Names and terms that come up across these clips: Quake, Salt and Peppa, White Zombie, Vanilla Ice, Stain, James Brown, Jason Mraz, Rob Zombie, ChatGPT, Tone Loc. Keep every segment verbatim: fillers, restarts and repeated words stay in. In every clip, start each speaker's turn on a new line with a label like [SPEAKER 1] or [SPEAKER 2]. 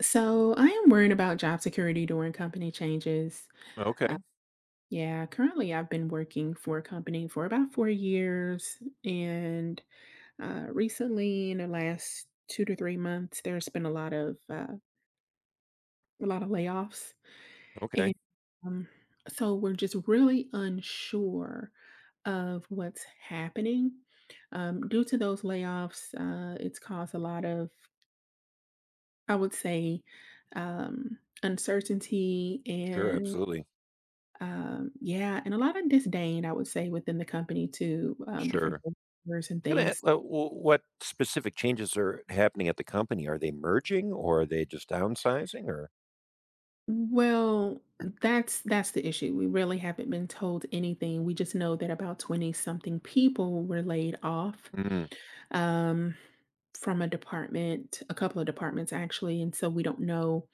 [SPEAKER 1] So I am worried about job security during company changes. Uh,
[SPEAKER 2] Okay,
[SPEAKER 1] yeah, currently I've been working for a company for about four years, and uh, recently in the last two to three months, there's been a lot of uh, a lot of layoffs,
[SPEAKER 2] okay.
[SPEAKER 1] and um, so we're just really unsure of what's happening. Um, due to those layoffs, uh, it's caused a lot of, I would say, um, uncertainty
[SPEAKER 2] Sure,
[SPEAKER 1] and,
[SPEAKER 2] absolutely.
[SPEAKER 1] Um, yeah, and a lot of disdain, I would say, within the company to um, different
[SPEAKER 2] Sure.
[SPEAKER 1] cultures and
[SPEAKER 2] I was gonna
[SPEAKER 1] things.
[SPEAKER 2] a uh, wh what specific changes are happening at the company? Are they merging or are they just downsizing or
[SPEAKER 1] Well, that's that's the issue. We really haven't been told anything. We just know that about twenty something people were laid off,
[SPEAKER 2] Mm,
[SPEAKER 1] um, from a department, a couple of departments actually, and so we don't know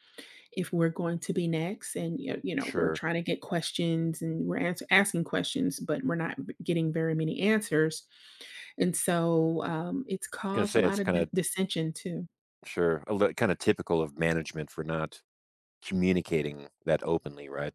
[SPEAKER 1] if we're going to be next. And you know, you know we're
[SPEAKER 2] sure.
[SPEAKER 1] trying to get questions, and we're ans- asking questions, but we're not getting very many answers. And so um, it's
[SPEAKER 2] I gonna
[SPEAKER 1] caused a
[SPEAKER 2] say
[SPEAKER 1] lot
[SPEAKER 2] it's
[SPEAKER 1] of di-
[SPEAKER 2] kinda
[SPEAKER 1] dissension too.
[SPEAKER 2] sure, a li kinda typical of management for not communicating that openly, right?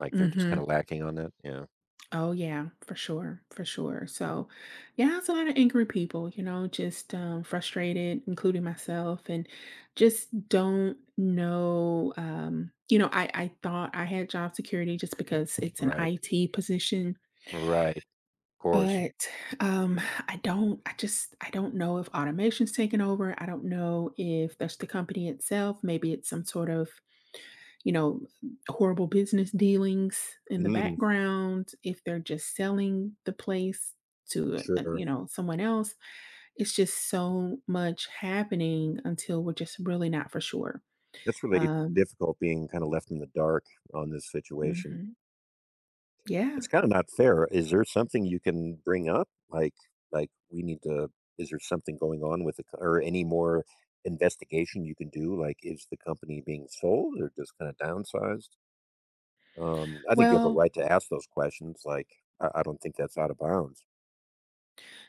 [SPEAKER 2] Like, they're just kinda
[SPEAKER 1] Hmm.
[SPEAKER 2] lacking on that? Yeah.
[SPEAKER 1] Oh yeah, for sure, for sure. So yeah, it's a lot of angry people, you know, just um, frustrated, including myself, and just don't know. um, you know I, I thought I had job security just because it's an
[SPEAKER 2] Right.
[SPEAKER 1] IT position.
[SPEAKER 2] Right. Of course.
[SPEAKER 1] But, um, I don't I just I don't know if automation's taken over. I don't know if that's the company itself. Maybe it's some sort of, you know, horrible business dealings in the
[SPEAKER 2] Mm,
[SPEAKER 1] background, if they're just selling the place to, uh,
[SPEAKER 2] sure.
[SPEAKER 1] you know, someone else. It's just so much happening until we're just really not for sure.
[SPEAKER 2] It's really
[SPEAKER 1] Um
[SPEAKER 2] difficult being kinda left in the dark on this situation.
[SPEAKER 1] mhm. Yeah.
[SPEAKER 2] It's kinda not fair. Is there something you can bring up? Like like, we need to is there something going on with the co or any more investigation you can do? Like, is the company being sold or just kinda downsized? Um, I think you have a
[SPEAKER 1] Well,
[SPEAKER 2] right to ask those questions, like, I I don't think that's out of bounds.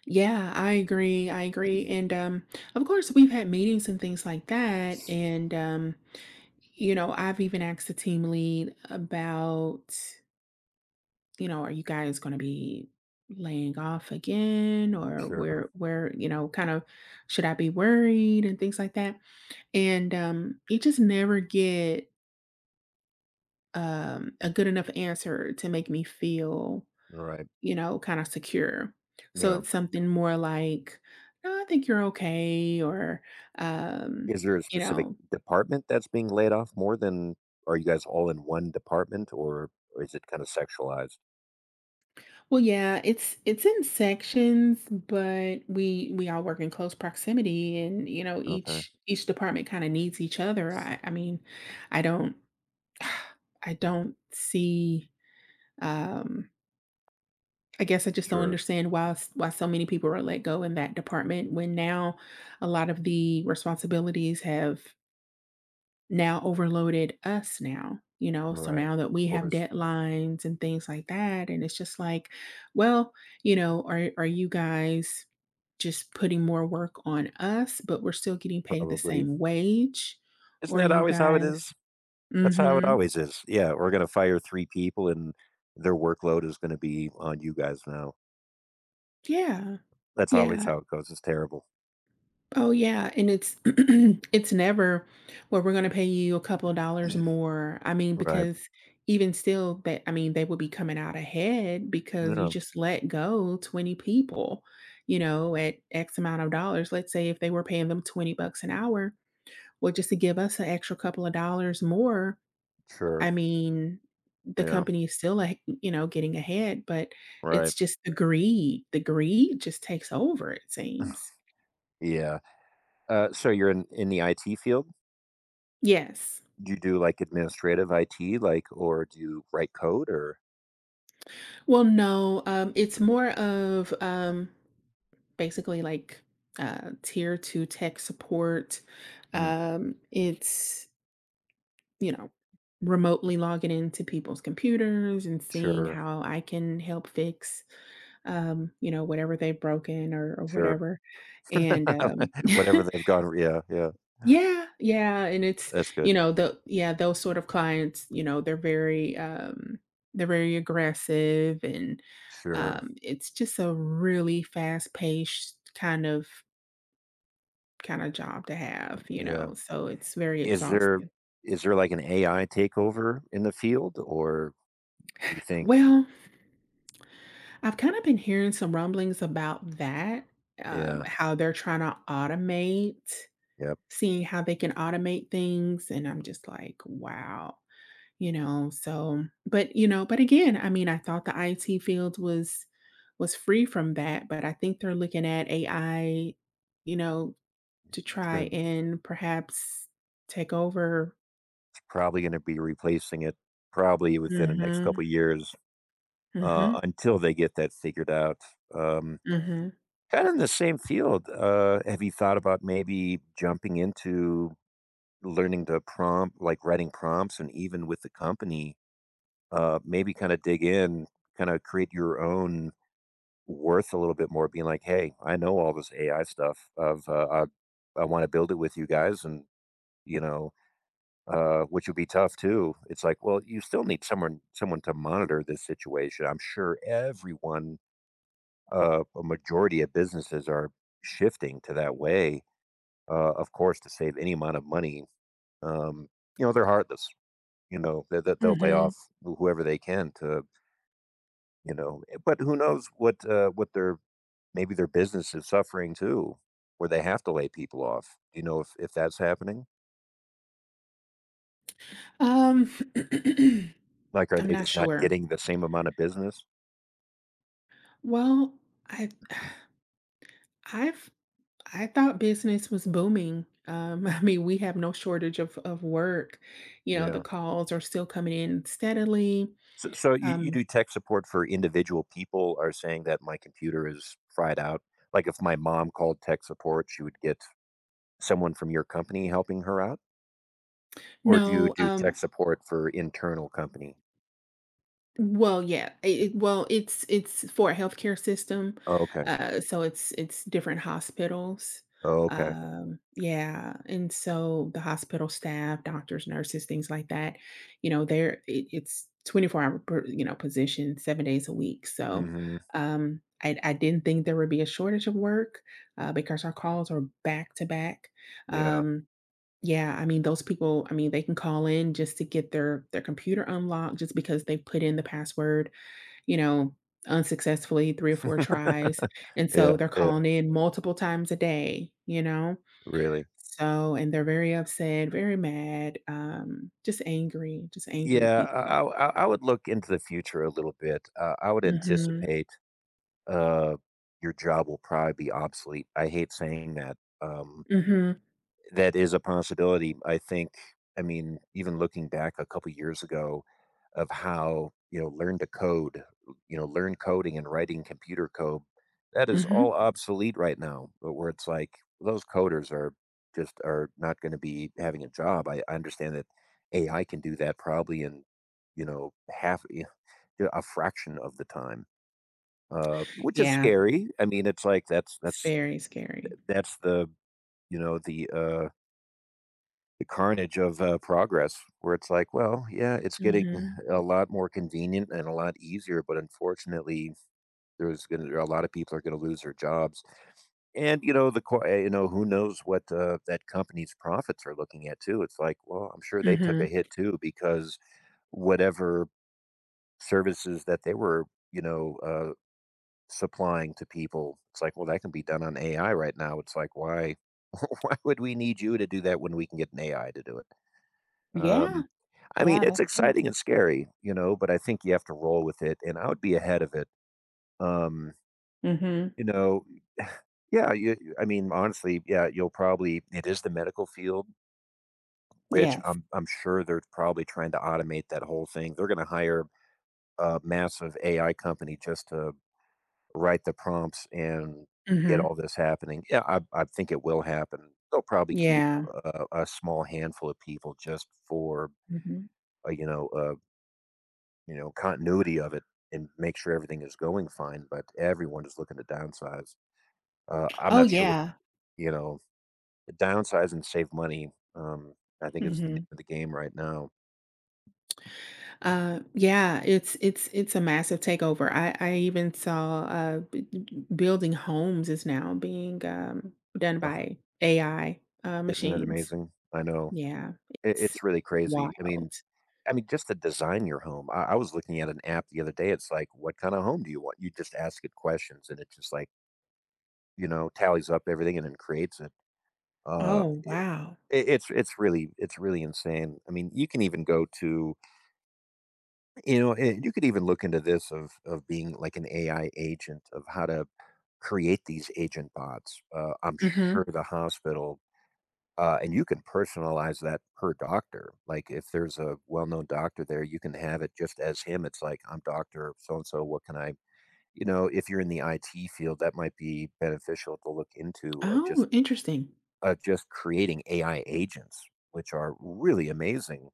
[SPEAKER 1] yeah, I agree. I agree. And um, of course, we've had meetings and things like that. And, um, you know, I've even asked the team lead about, you know, are you guys going to be laying off again, or
[SPEAKER 2] Sure.
[SPEAKER 1] where, where, you know, kind of should I be worried, and things like that. And um, you just never get um, a good enough answer to make me feel
[SPEAKER 2] All right.
[SPEAKER 1] You know, kind of secure. So
[SPEAKER 2] Yeah.
[SPEAKER 1] it's something more like, "No, I think you're okay," or, um,
[SPEAKER 2] Is there a
[SPEAKER 1] you
[SPEAKER 2] specific
[SPEAKER 1] know
[SPEAKER 2] department that's being laid off more than are you guys all in one department, or or is it kinda sexualized?
[SPEAKER 1] well, yeah, it's it's in sections, but we we all work in close proximity, and, you know,
[SPEAKER 2] Okay.
[SPEAKER 1] each each department kinda needs each other. I I mean, I don't I don't see, um I guess I just don't
[SPEAKER 2] Sure.
[SPEAKER 1] understand why s why so many people are let go in that department when now a lot of the responsibilities have now overloaded us now, you know?
[SPEAKER 2] All
[SPEAKER 1] So
[SPEAKER 2] right.
[SPEAKER 1] now that
[SPEAKER 2] Of
[SPEAKER 1] we have
[SPEAKER 2] course.
[SPEAKER 1] deadlines and things like that, and it's just like, well, you know, are are you guys just putting more work on us, but we're still getting paid the
[SPEAKER 2] Probably
[SPEAKER 1] same wage?
[SPEAKER 2] isn't
[SPEAKER 1] Or
[SPEAKER 2] that
[SPEAKER 1] you
[SPEAKER 2] always how it
[SPEAKER 1] guys.
[SPEAKER 2] is? That's how it
[SPEAKER 1] Mhm.
[SPEAKER 2] always is. Yeah, we're gonna fire three people and their workload is gonna be on you guys now.
[SPEAKER 1] Yeah.
[SPEAKER 2] That's always
[SPEAKER 1] Yeah.
[SPEAKER 2] how it goes, it's terrible.
[SPEAKER 1] Oh yeah, and it's it's never, "Well, we're gonna pay you a couple of dollars more." I mean,
[SPEAKER 2] Right.
[SPEAKER 1] because even still that, I mean, they would be coming out ahead because you
[SPEAKER 2] Yeah,
[SPEAKER 1] just let go twenty people, you know, at X amount of dollars. Let's say if they were paying them twenty bucks an hour, well, just to give us an extra couple of dollars more,
[SPEAKER 2] sure.
[SPEAKER 1] I mean, the
[SPEAKER 2] Yeah,
[SPEAKER 1] company is still, like, you know, getting ahead, but it's
[SPEAKER 2] right.
[SPEAKER 1] just the greed. The greed just takes over, it seems.
[SPEAKER 2] Yeah. Uh, so you're in in the I T field?
[SPEAKER 1] Yes.
[SPEAKER 2] Do you do, like, administrative I T, like, or do you write code or
[SPEAKER 1] Well, no, um, it's more of um, basically, like, uh, tier two tech support.
[SPEAKER 2] hmm,
[SPEAKER 1] Um, it's, you know, remotely logging into people's computers and seeing
[SPEAKER 2] sure,
[SPEAKER 1] how I can help fix, um, you know, whatever they've broken, or, or
[SPEAKER 2] sure.
[SPEAKER 1] whatever. And um,
[SPEAKER 2] Whatever they've gone, yeah, yeah.
[SPEAKER 1] Yeah, yeah, and it's,
[SPEAKER 2] That's good.
[SPEAKER 1] you know, the yeah, those sort of clients, you know, they're very um they're very aggressive, and
[SPEAKER 2] Sure,
[SPEAKER 1] um it's just a really fast-paced kind of kind of job to have, you
[SPEAKER 2] yeah.
[SPEAKER 1] know. So it's very
[SPEAKER 2] Is there
[SPEAKER 1] exhausting.
[SPEAKER 2] is there, like, an A I takeover in the field, or do you think
[SPEAKER 1] Well, I've kind of been hearing some rumblings about that, um,
[SPEAKER 2] Yeah,
[SPEAKER 1] how they're trying to automate,
[SPEAKER 2] yeah,
[SPEAKER 1] seeing how they can automate things, and I'm just like, wow. You know, so but, you know but again, I mean, I thought the I T field was was free from that, but I think they're looking at A I, you know, to
[SPEAKER 2] it's
[SPEAKER 1] try
[SPEAKER 2] gonna
[SPEAKER 1] and perhaps take over.
[SPEAKER 2] it's probably gonna be replacing it probably within the next couple
[SPEAKER 1] Mhm.
[SPEAKER 2] of years,
[SPEAKER 1] Mhm.
[SPEAKER 2] uh, until they get that figured out. Um,
[SPEAKER 1] Mhm.
[SPEAKER 2] Kinda in the same field, uh, have you thought about maybe jumping into learning to prompt, like, writing prompts and even with the company, uh, maybe kinda dig in, kinda create your own worth a little bit more being like, "Hey, I know all this A I stuff of, uh, I I wanna build it with you guys," and, you know, uh, which would be tough too. It's like, well, you still need someone someone to monitor this situation. I'm sure everyone, uh, a majority of businesses are shifting to that way, uh, of course, to save any amount of money. Um, you know, they're heartless, you know, that that they'll lay
[SPEAKER 1] Mhm.
[SPEAKER 2] off whoever they can to, you know, eh, but who knows what, uh, what their maybe their business is suffering too, where they have to lay people off. Do you know if if that's happening?
[SPEAKER 1] Um,
[SPEAKER 2] Like, are
[SPEAKER 1] I'm
[SPEAKER 2] they
[SPEAKER 1] not
[SPEAKER 2] just not
[SPEAKER 1] sure.
[SPEAKER 2] getting the same amount of business?
[SPEAKER 1] Well, I I've I thought business was booming. Um, I mean, we have no shortage of of work. You know, the
[SPEAKER 2] Yeah.
[SPEAKER 1] calls are still coming in steadily.
[SPEAKER 2] So, so you, you
[SPEAKER 1] Um,
[SPEAKER 2] do tech support for individual people are saying that my computer is fried out. Like if my mom called tech support, she would get someone from your company helping her out? Or do you
[SPEAKER 1] no,
[SPEAKER 2] do tech
[SPEAKER 1] um,
[SPEAKER 2] support for internal company?
[SPEAKER 1] well, yeah, it, it- well, it's it's for a healthcare system,
[SPEAKER 2] Oh, okay.
[SPEAKER 1] uh, so it's it's different hospitals.
[SPEAKER 2] Oh, okay.
[SPEAKER 1] Um, yeah, and so the hospital staff, doctors, nurses, things like that, you know, they're it, it's twenty-four hour, per, you know, position, seven days a week. So,
[SPEAKER 2] Hmm.
[SPEAKER 1] um, I, I didn't think there would be a shortage of work, uh, because our calls are back to back.
[SPEAKER 2] Yeah.
[SPEAKER 1] Um, Yeah, I mean, those people, I mean, they can call in just to get their their computer unlocked just because they put in the password, you know, unsuccessfully three or four tries, and
[SPEAKER 2] Yeah.
[SPEAKER 1] so they're
[SPEAKER 2] Yeah.
[SPEAKER 1] calling in multiple times a day, you know?
[SPEAKER 2] Really.
[SPEAKER 1] So and they're very upset, very mad, um, just angry, just angry
[SPEAKER 2] Yeah,
[SPEAKER 1] people.
[SPEAKER 2] I I I would look into the future a little bit. Uh, I would
[SPEAKER 1] Mhm.
[SPEAKER 2] anticipate uh, your job will probably be obsolete. I hate saying that. Um,
[SPEAKER 1] Mhm.
[SPEAKER 2] that is a possibility. I think, I mean, even looking back a couple years ago, of how, you know, learn to code, you know, learn coding and writing computer code, that is
[SPEAKER 1] Mhm.
[SPEAKER 2] all obsolete right now, but where it's like those coders are just are not going to be having a job. I, I understand that AI can do that probably in, you know, half you know, a fraction of the time, uh, which is
[SPEAKER 1] Yeah,
[SPEAKER 2] scary. I mean, it's like that's
[SPEAKER 1] it's
[SPEAKER 2] that's
[SPEAKER 1] very scary.
[SPEAKER 2] that's the, you know, the uh the carnage of uh, progress, where it's like, well, yeah, it's getting
[SPEAKER 1] Mhm.
[SPEAKER 2] a lot more convenient and a lot easier, but unfortunately there's going to a lot of people are going to lose their jobs. And you know the qu- uh, you know, who knows what, uh, that company's profits are looking at too? It's like, well, I'm sure they took a
[SPEAKER 1] Mhm.
[SPEAKER 2] hit too, because whatever services that they were, you know, uh, supplying to people, it's like, well, that can be done on AI right now. It's like, why why would we need you to do that when we can get an AI to do it?
[SPEAKER 1] Yeah.
[SPEAKER 2] Um, I mean,
[SPEAKER 1] Yeah,
[SPEAKER 2] it's
[SPEAKER 1] that's it.
[SPEAKER 2] exciting and scary, you know, but I think you have to roll with it, and I would be ahead of it. Um,
[SPEAKER 1] Mhm.
[SPEAKER 2] you know, yeah, you, you- I mean, honestly, yeah, you'll probably it is the medical field, which
[SPEAKER 1] Yes.
[SPEAKER 2] I'm I'm sure they're probably trying to automate that whole thing. They're going to hire a massive A I company just to write the prompts and get
[SPEAKER 1] Mhm.
[SPEAKER 2] all this happening. Yeah, I I think it will happen. They'll probably keep
[SPEAKER 1] Yeah.
[SPEAKER 2] uh, a small handful of people just for
[SPEAKER 1] Mhm.
[SPEAKER 2] uh, you know uh, you know, continuity of it and make sure everything is going fine, but everyone is looking to downsize. Uh, I'm
[SPEAKER 1] Oh
[SPEAKER 2] not sure what,
[SPEAKER 1] yeah.
[SPEAKER 2] you know, downsize and save money, um, I think is the name
[SPEAKER 1] Mhm.
[SPEAKER 2] of the game right now.
[SPEAKER 1] Uh, yeah, it's it's it's a massive takeover. I I even saw uh b- b- building homes is now being um done
[SPEAKER 2] Ugh,
[SPEAKER 1] by A I uh
[SPEAKER 2] isn't it
[SPEAKER 1] machines.
[SPEAKER 2] amazing? I know.
[SPEAKER 1] Yeah,
[SPEAKER 2] It,
[SPEAKER 1] it's
[SPEAKER 2] it's really crazy. I mean,
[SPEAKER 1] wild.
[SPEAKER 2] I mean, just to design your home. I, I was looking at an app the other day. It's like, what kind of home do you want? You just ask it questions, and it just like, you know, tallies up everything and then creates it. Uh,
[SPEAKER 1] Oh
[SPEAKER 2] it,
[SPEAKER 1] wow.
[SPEAKER 2] it it's it's really it's really insane. I mean, you can even go to you know, and you could even look into this of of being like an A I agent of how to create these agent bots. Uh, I'm sure
[SPEAKER 1] Mm-hmm.
[SPEAKER 2] the hospital, uh, and you can personalize that per doctor. Like if there's a well-known doctor there, you can have it just as him. It's like, I'm Doctor So and So. What can I? You know, if you're in the I T field, that might be beneficial to look into of just
[SPEAKER 1] Oh, interesting.
[SPEAKER 2] of just creating A I agents, which are really amazing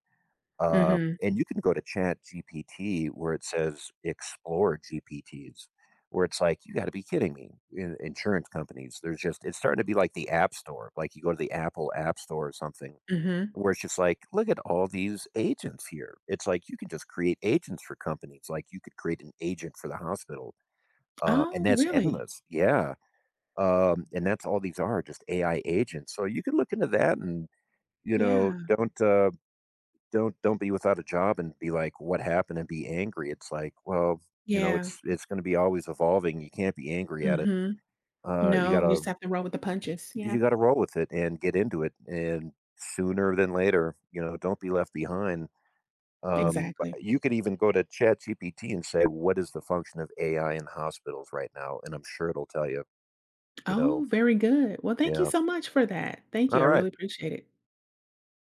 [SPEAKER 2] uh,
[SPEAKER 1] Mm-hmm.
[SPEAKER 2] and you can go to Chat G P T where it says explore G P Ts, where it's like, you got to be kidding me. In, insurance companies, there's just, it's starting to be like the App Store. Like you go to the Apple App Store or something,
[SPEAKER 1] Mm-hmm.
[SPEAKER 2] where it's just like, look at all these agents here. It's like you can just create agents for companies. Like you could create an agent for the hospital, uh, and
[SPEAKER 1] Oh,
[SPEAKER 2] that's
[SPEAKER 1] really?
[SPEAKER 2] endless. Yeah. Um, and that's all these are just A I agents. So you can look into that and, you know,
[SPEAKER 1] Yeah.
[SPEAKER 2] don't, uh, don't don't be without a job and be like, "What happened?" and be angry. It's like, well, you know,
[SPEAKER 1] Yeah.
[SPEAKER 2] it's it's gonna be always evolving. You can't be angry at it.
[SPEAKER 1] Mm-hmm.
[SPEAKER 2] Uh, you
[SPEAKER 1] No, you
[SPEAKER 2] gotta
[SPEAKER 1] just have to roll with the punches. Yeah,
[SPEAKER 2] you gotta roll with it and get into it. And sooner than later, you know, don't be left behind. Um, but
[SPEAKER 1] exactly.
[SPEAKER 2] you could even go to ChatGPT and say, "What is the function of A I in hospitals right now?" And I'm sure it'll tell you. You know,
[SPEAKER 1] Oh, very good. Well, thank you
[SPEAKER 2] yeah.
[SPEAKER 1] so much for that. Thank
[SPEAKER 2] All
[SPEAKER 1] you. I
[SPEAKER 2] right.
[SPEAKER 1] really appreciate it.